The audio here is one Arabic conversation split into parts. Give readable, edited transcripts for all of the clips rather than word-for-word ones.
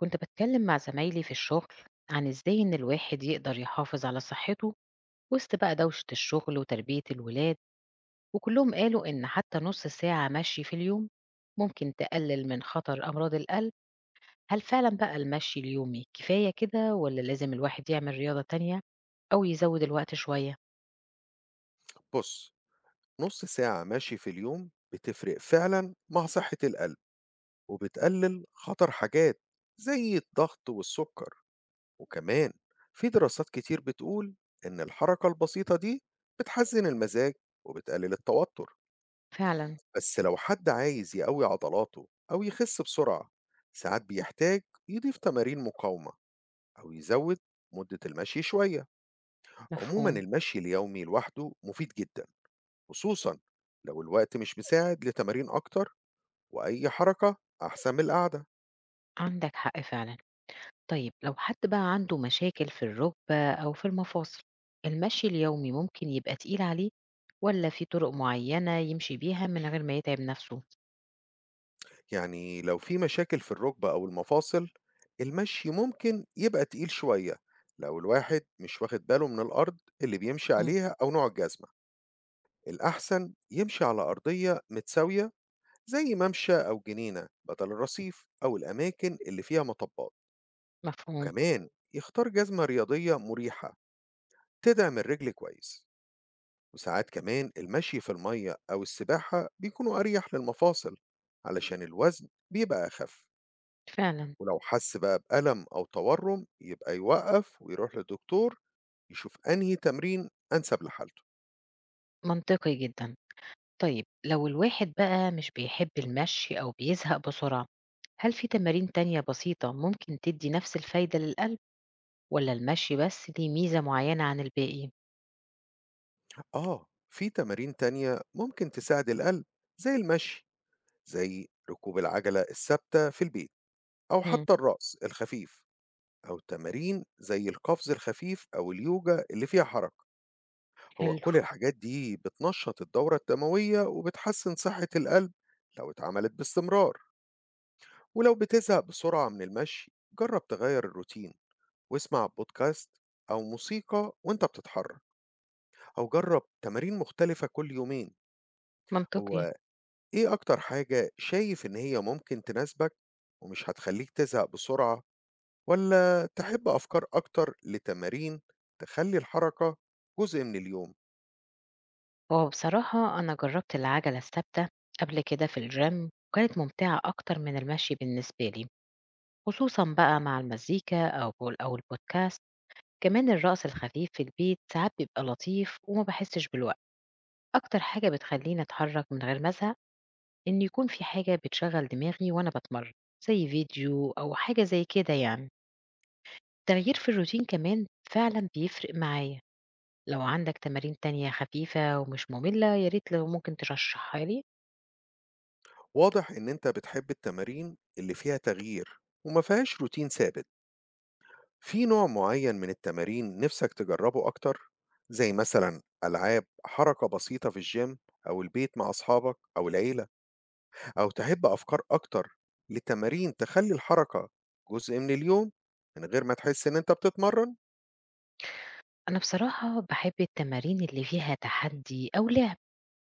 كنت بتكلم مع زمايلي في الشغل عن ازاي ان الواحد يقدر يحافظ على صحته وسط بقى دوشة الشغل وتربية الولاد وكلهم قالوا ان حتى نص ساعة مشي في اليوم ممكن تقلل من خطر أمراض القلب. هل فعلا بقى المشي اليومي كفاية كده ولا لازم الواحد يعمل رياضة تانية أو يزود الوقت شوية؟ بص، نص ساعة مشي في اليوم بتفرق فعلا مع صحة القلب، وبتقلل خطر حاجات زي الضغط والسكر. وكمان في دراسات كتير بتقول إن الحركة البسيطة دي بتحسن المزاج وبتقلل التوتر. فعلا. بس لو حد عايز يقوي عضلاته أو يخس بسرعة، ساعات بيحتاج يضيف تمارين مقاومة أو يزود مدة المشي شوية. عموما مفهوم. المشي اليومي لوحده مفيد جدا، خصوصا لو الوقت مش مساعد لتمارين أكتر، وأي حركة أحسن من القعدة. عندك حق فعلا. طيب لو حد بقى عنده مشاكل في الركبة أو في المفاصل المشي اليومي ممكن يبقى تقيل عليه ولا في طرق معينة يمشي بيها من غير ما يتعب نفسه؟ يعني لو في مشاكل في الركبة أو المفاصل، المشي ممكن يبقى تقيل شوية لو الواحد مش واخد باله من الأرض اللي بيمشي مم، عليها أو نوع الجزمة. الأحسن يمشي على أرضية متساوية، زي ممشى أو جنينة بدل الرصيف أو الأماكن اللي فيها مطبات. مفهوم. وكمان يختار جزمة رياضية مريحة تدعم الرجل كويس. وساعات كمان المشي في المية أو السباحة بيكونوا أريح للمفاصل علشان الوزن بيبقى أخف. فعلا. ولو حس بقى بألم أو تورم يبقى يوقف ويروح للدكتور يشوف أنهي تمرين أنسب لحالته. منطقي جدا. طيب لو الواحد بقى مش بيحب المشي أو بيزهق بسرعة، هل في تمارين تانية بسيطة ممكن تدي نفس الفايدة للقلب ولا المشي بس ليه ميزة معينة عن الباقي؟ آه، في تمارين تانية ممكن تساعد القلب زي المشي، زي ركوب العجلة الثابتة في البيت، أو مم، حتى الرأس الخفيف، أو تمارين زي القفز الخفيف أو اليوجا اللي فيها حركة. هو حلو. كل الحاجات دي بتنشط الدورة الدموية وبتحسن صحة القلب لو اتعملت باستمرار. ولو بتزهق بسرعة من المشي، جرب تغير الروتين، واسمع بودكاست أو موسيقى وانت بتتحرك، أو جرب تمارين مختلفة كل يومين. منطقي. هو ايه أكتر حاجة شايف إن هي ممكن تناسبك ومش هتخليك تزهق بسرعة؟ ولا تحب أفكار أكتر لتمارين تخلي الحركة جزء من اليوم؟ هو بصراحة أنا جربت العجلة الثابتة قبل كده في الجيم وكانت ممتعة أكتر من المشي بالنسبة لي، خصوصا بقى مع المزيكا أو البودكاست. كمان الرقص الخفيف في البيت ساعات بيبقى لطيف وما بحسش بالوقت. أكتر حاجة بتخليني أتحرك من غير ما أزهق إن يكون في حاجة بتشغل دماغي وأنا بتمرن، زي فيديو أو حاجة زي كده يعني. التغيير في الروتين كمان فعلا بيفرق معايا. لو عندك تمارين تانية خفيفة ومش مملة ياريت لو ممكن ترشحها لي. واضح إن أنت بتحب التمارين اللي فيها تغيير وما فيهاش روتين ثابت. في نوع معين من التمارين نفسك تجربه أكتر، زي مثلا ألعاب حركة بسيطة في الجيم أو البيت مع أصحابك أو العيلة؟ أو تحب أفكار أكتر لتمارين تخلي الحركة جزء من اليوم من غير ما تحس إن أنت بتتمرن؟ أنا بصراحة باحب التمارين اللي فيها تحدي أو لعب،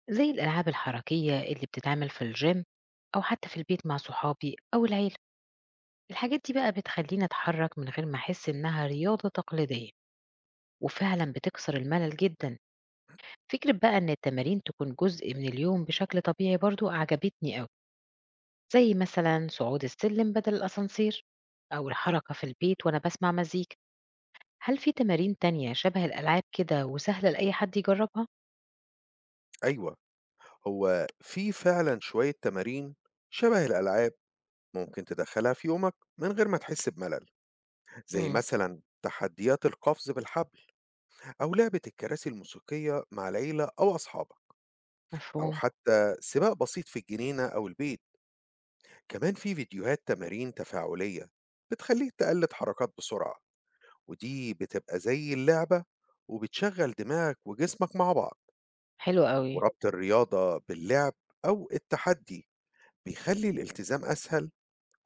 زي الألعاب الحركية اللي بتتعمل في الgym أو حتى في البيت مع صحابي أو العيلة، الحاجات دي بقى بتخلّيني أتحرك من غير ما أحس إنها رياضة تقليدية، وفعلًا بتكسر الملل جدًا، فكرة بقى إن التمارين تكون جزء من اليوم بشكل طبيعي برضه عجبتني أوي، زي مثلًا صعود السلم بدل الأسانسير، أو الحركة في البيت وأنا باسمع مزيكا، هل في تمارين تانية شبه الألعاب كده وسهلة لأي حد يجربها؟ أيوة، في فعلا شوية تمارين شبه الألعاب ممكن تدخلها في يومك من غير ما تحس بملل، زي إمم، مثلا تحديات القفز بالحبل، أو لعبة الكراسي الموسيقية مع العيلة أو أصحابك، أو مفهوم. حتى سباق بسيط في الجنينة أو البيت. كمان في فيديوهات تمارين تفاعلية بتخليك تقلد حركات بسرعة، ودي بتبقى زي اللعبة وبتشغل دماغك وجسمك مع بعض. حلو أوي. وربط الرياضة باللعب أو التحدي بيخلي الالتزام أسهل،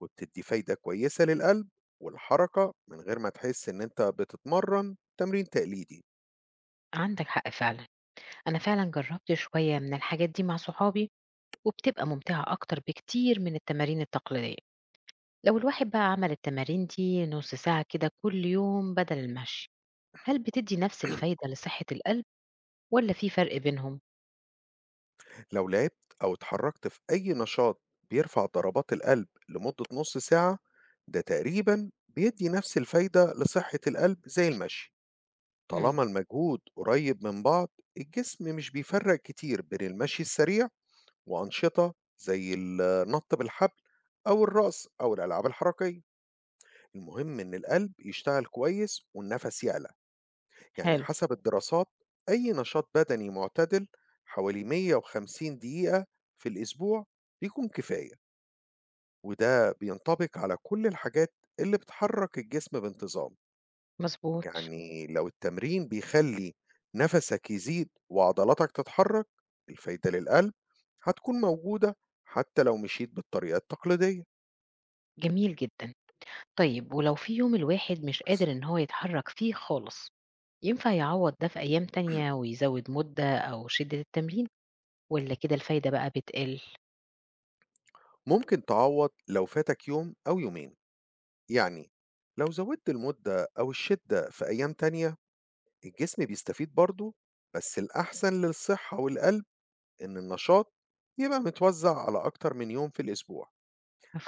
وبتدي فايدة كويسة للقلب والحركة من غير ما تحس إن أنت بتتمرن تمرين تقليدي. عندك حق فعلًا، أنا فعلًا جرّبت شوية من الحاجات دي مع صحابي، وبتبقى ممتعة أكتر بكتير من التمارين التقليدية، لو الواحد بقى عمل التمارين دي نُص ساعة كده كل يوم بدل المشي، هل بتدّي نفس الفايدة لصحة القلب والّا في فرق بينهم؟ لو لعبت أو اتحركت في أي نشاط بيرفع ضربات القلب لمدة نص ساعة، ده تقريبا بيدي نفس الفايدة لصحة القلب زي المشي، إمم، طالما المجهود قريب من بعض. الجسم مش بيفرق كتير بين المشي السريع وأنشطة زي النط بالحبل أو الرقص أو الألعاب الحركية. المهم إن القلب يشتغل كويس والنفس يعلى. يعني حلو. حسب الدراسات، أي نشاط بدني معتدل حوالي 150 دقيقة في الأسبوع بيكون كفاية، وده بينطبق على كل الحاجات اللي بتحرك الجسم بانتظام. مضبوط. يعني لو التمرين بيخلي نفسك يزيد وعضلاتك تتحرك، الفايدة للقلب هتكون موجودة حتى لو مشيت بالطريقة التقليدية. جميل جدًا. طيب ولو في يوم الواحد مش قادر إن هو يتحرك فيه خالص، ينفع يعوّض ده في أيام تانية ويزوّد مدة أو شدة التمرين والّا كده الفايدة بقى بتقِل؟ ممكن تعوض لو فاتك يوم أو يومين، يعني لو زودت المدة أو الشدة في أيام تانية الجسم بيستفيد برضه، بس الأحسن للصحة والقلب إن النشاط يبقى متوزع على أكتر من يوم في الأسبوع،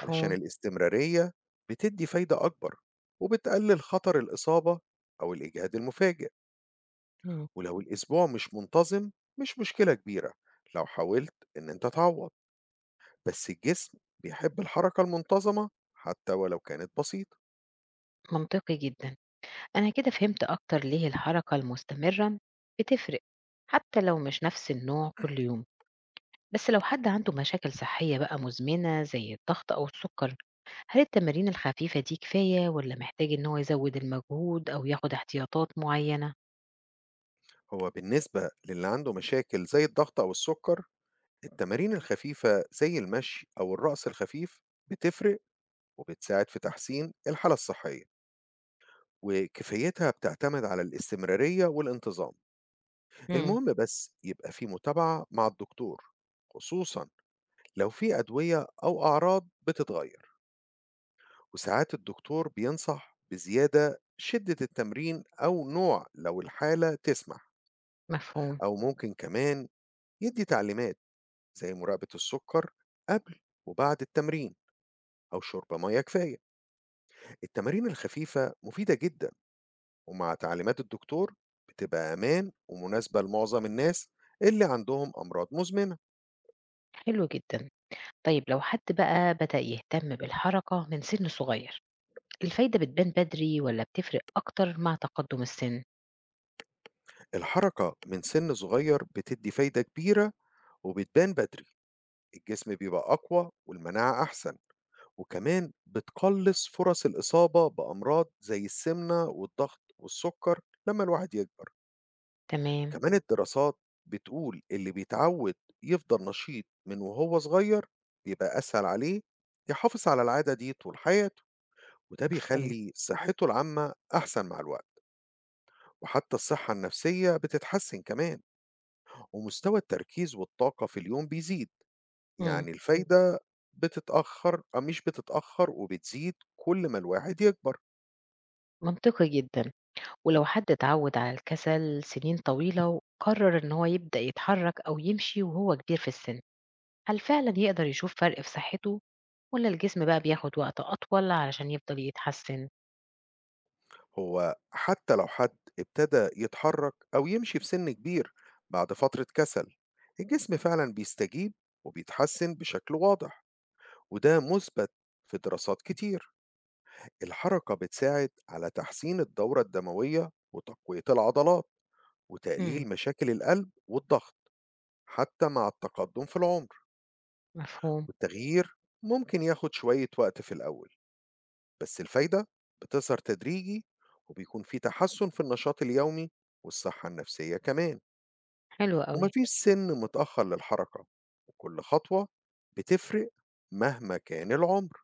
علشان الاستمرارية بتدي فايدة أكبر وبتقلل خطر الإصابة أو الإجهاد المفاجئ، إمم، ولو الأسبوع مش منتظم مش مشكلة كبيرة لو حاولت إن أنت تعوض، بس الجسم بيحب الحركة المنتظمة حتى ولو كانت بسيطة. منطقي جدًا. أنا كده فهمت أكتر ليه الحركة المستمرة بتفرق، حتى لو مش نفس النوع كل يوم. بس لو حد عنده مشاكل صحية بقى مزمنة زي الضغط أو السكر، هل التمارين الخفيفة دي كفاية والّا محتاج إن هو يزوّد المجهود أو ياخد احتياطات معينة؟ بالنسبة للي عنده مشاكل زي الضغط أو السكر، التمارين الخفيفة زي المشي أو الرقص الخفيف بتفرق وبتساعد في تحسين الحالة الصحية، وكفايتها بتعتمد على الاستمرارية والانتظام. إمم، المهم بس يبقى في متابعة مع الدكتور، خصوصا لو في أدوية أو أعراض بتتغير. وساعات الدكتور بينصح بزيادة شدة التمرين أو نوع لو الحالة تسمح، مفهوم. أو ممكن كمان يدي تعليمات زي مراقبة السكر قبل وبعد التمرين أو شرب مياه كفاية. التمارين الخفيفة مفيدة جدا، ومع تعليمات الدكتور بتبقى أمان ومناسبة لمعظم الناس اللي عندهم أمراض مزمنة. حلو جدًا. طيب لو حد بقى بدأ يهتم بالحركة من سن صغير، الفايدة بتبان بدري والّا بتفرق أكتر مع تقدم السن؟ الحركة من سن صغير بتدي فايدة كبيرة وبتبان بدري، الجسم بيبقى أقوى والمناعة أحسن، وكمان بتقلص فرص الإصابة بأمراض زي السمنة والضغط والسكر لما الواحد يكبر. تمام، كمان الدراسات بتقول اللي بيتعود يفضل نشيط من وهو صغير بيبقى أسهل عليه يحافظ على العادة دي طول حياته، وده مفهوم. بيخلي صحته العامة أحسن مع الوقت. وحتى الصحة النفسية بتتحسن كمان، ومستوى التركيز والطاقة في اليوم بيزيد. إمم. يعني الفايدة بتتأخر أو مش بتتأخر وبتزيد كل ما الواحد يكبر. منطقي جدًا. ولو حد اتعود على الكسل سنين طويلة وقرر إن هو يبدأ يتحرك أو يمشي وهو كبير في السن، هل فعلًا يقدر يشوف فرق في صحته والّا الجسم بقى بياخد وقت أطول علشان يفضل يتحسن؟ حتى لو حد ابتدى يتحرك أو يمشي في سن كبير بعد فترة كسل، الجسم فعلا بيستجيب وبيتحسن بشكل واضح، وده مثبت في دراسات كتير. الحركة بتساعد على تحسين الدورة الدموية وتقوية العضلات إمم، وتقليل مشاكل القلب والضغط حتى مع التقدم في العمر. مفهوم. والتغيير ممكن ياخد شوية وقت في الأول، بس الفايدة بتظهر تدريجي، وبيكون في تحسن في النشاط اليومي والصحة النفسية كمان. حلو أوي. ومفيش سن متأخر للحركة، وكل خطوة بتفرق مهما كان العمر.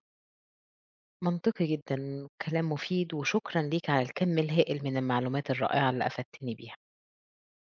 منطقي جدًا، كلام مفيد وشكرًا ليك على الكم الهائل من المعلومات الرائعة اللي أفدتني بيها.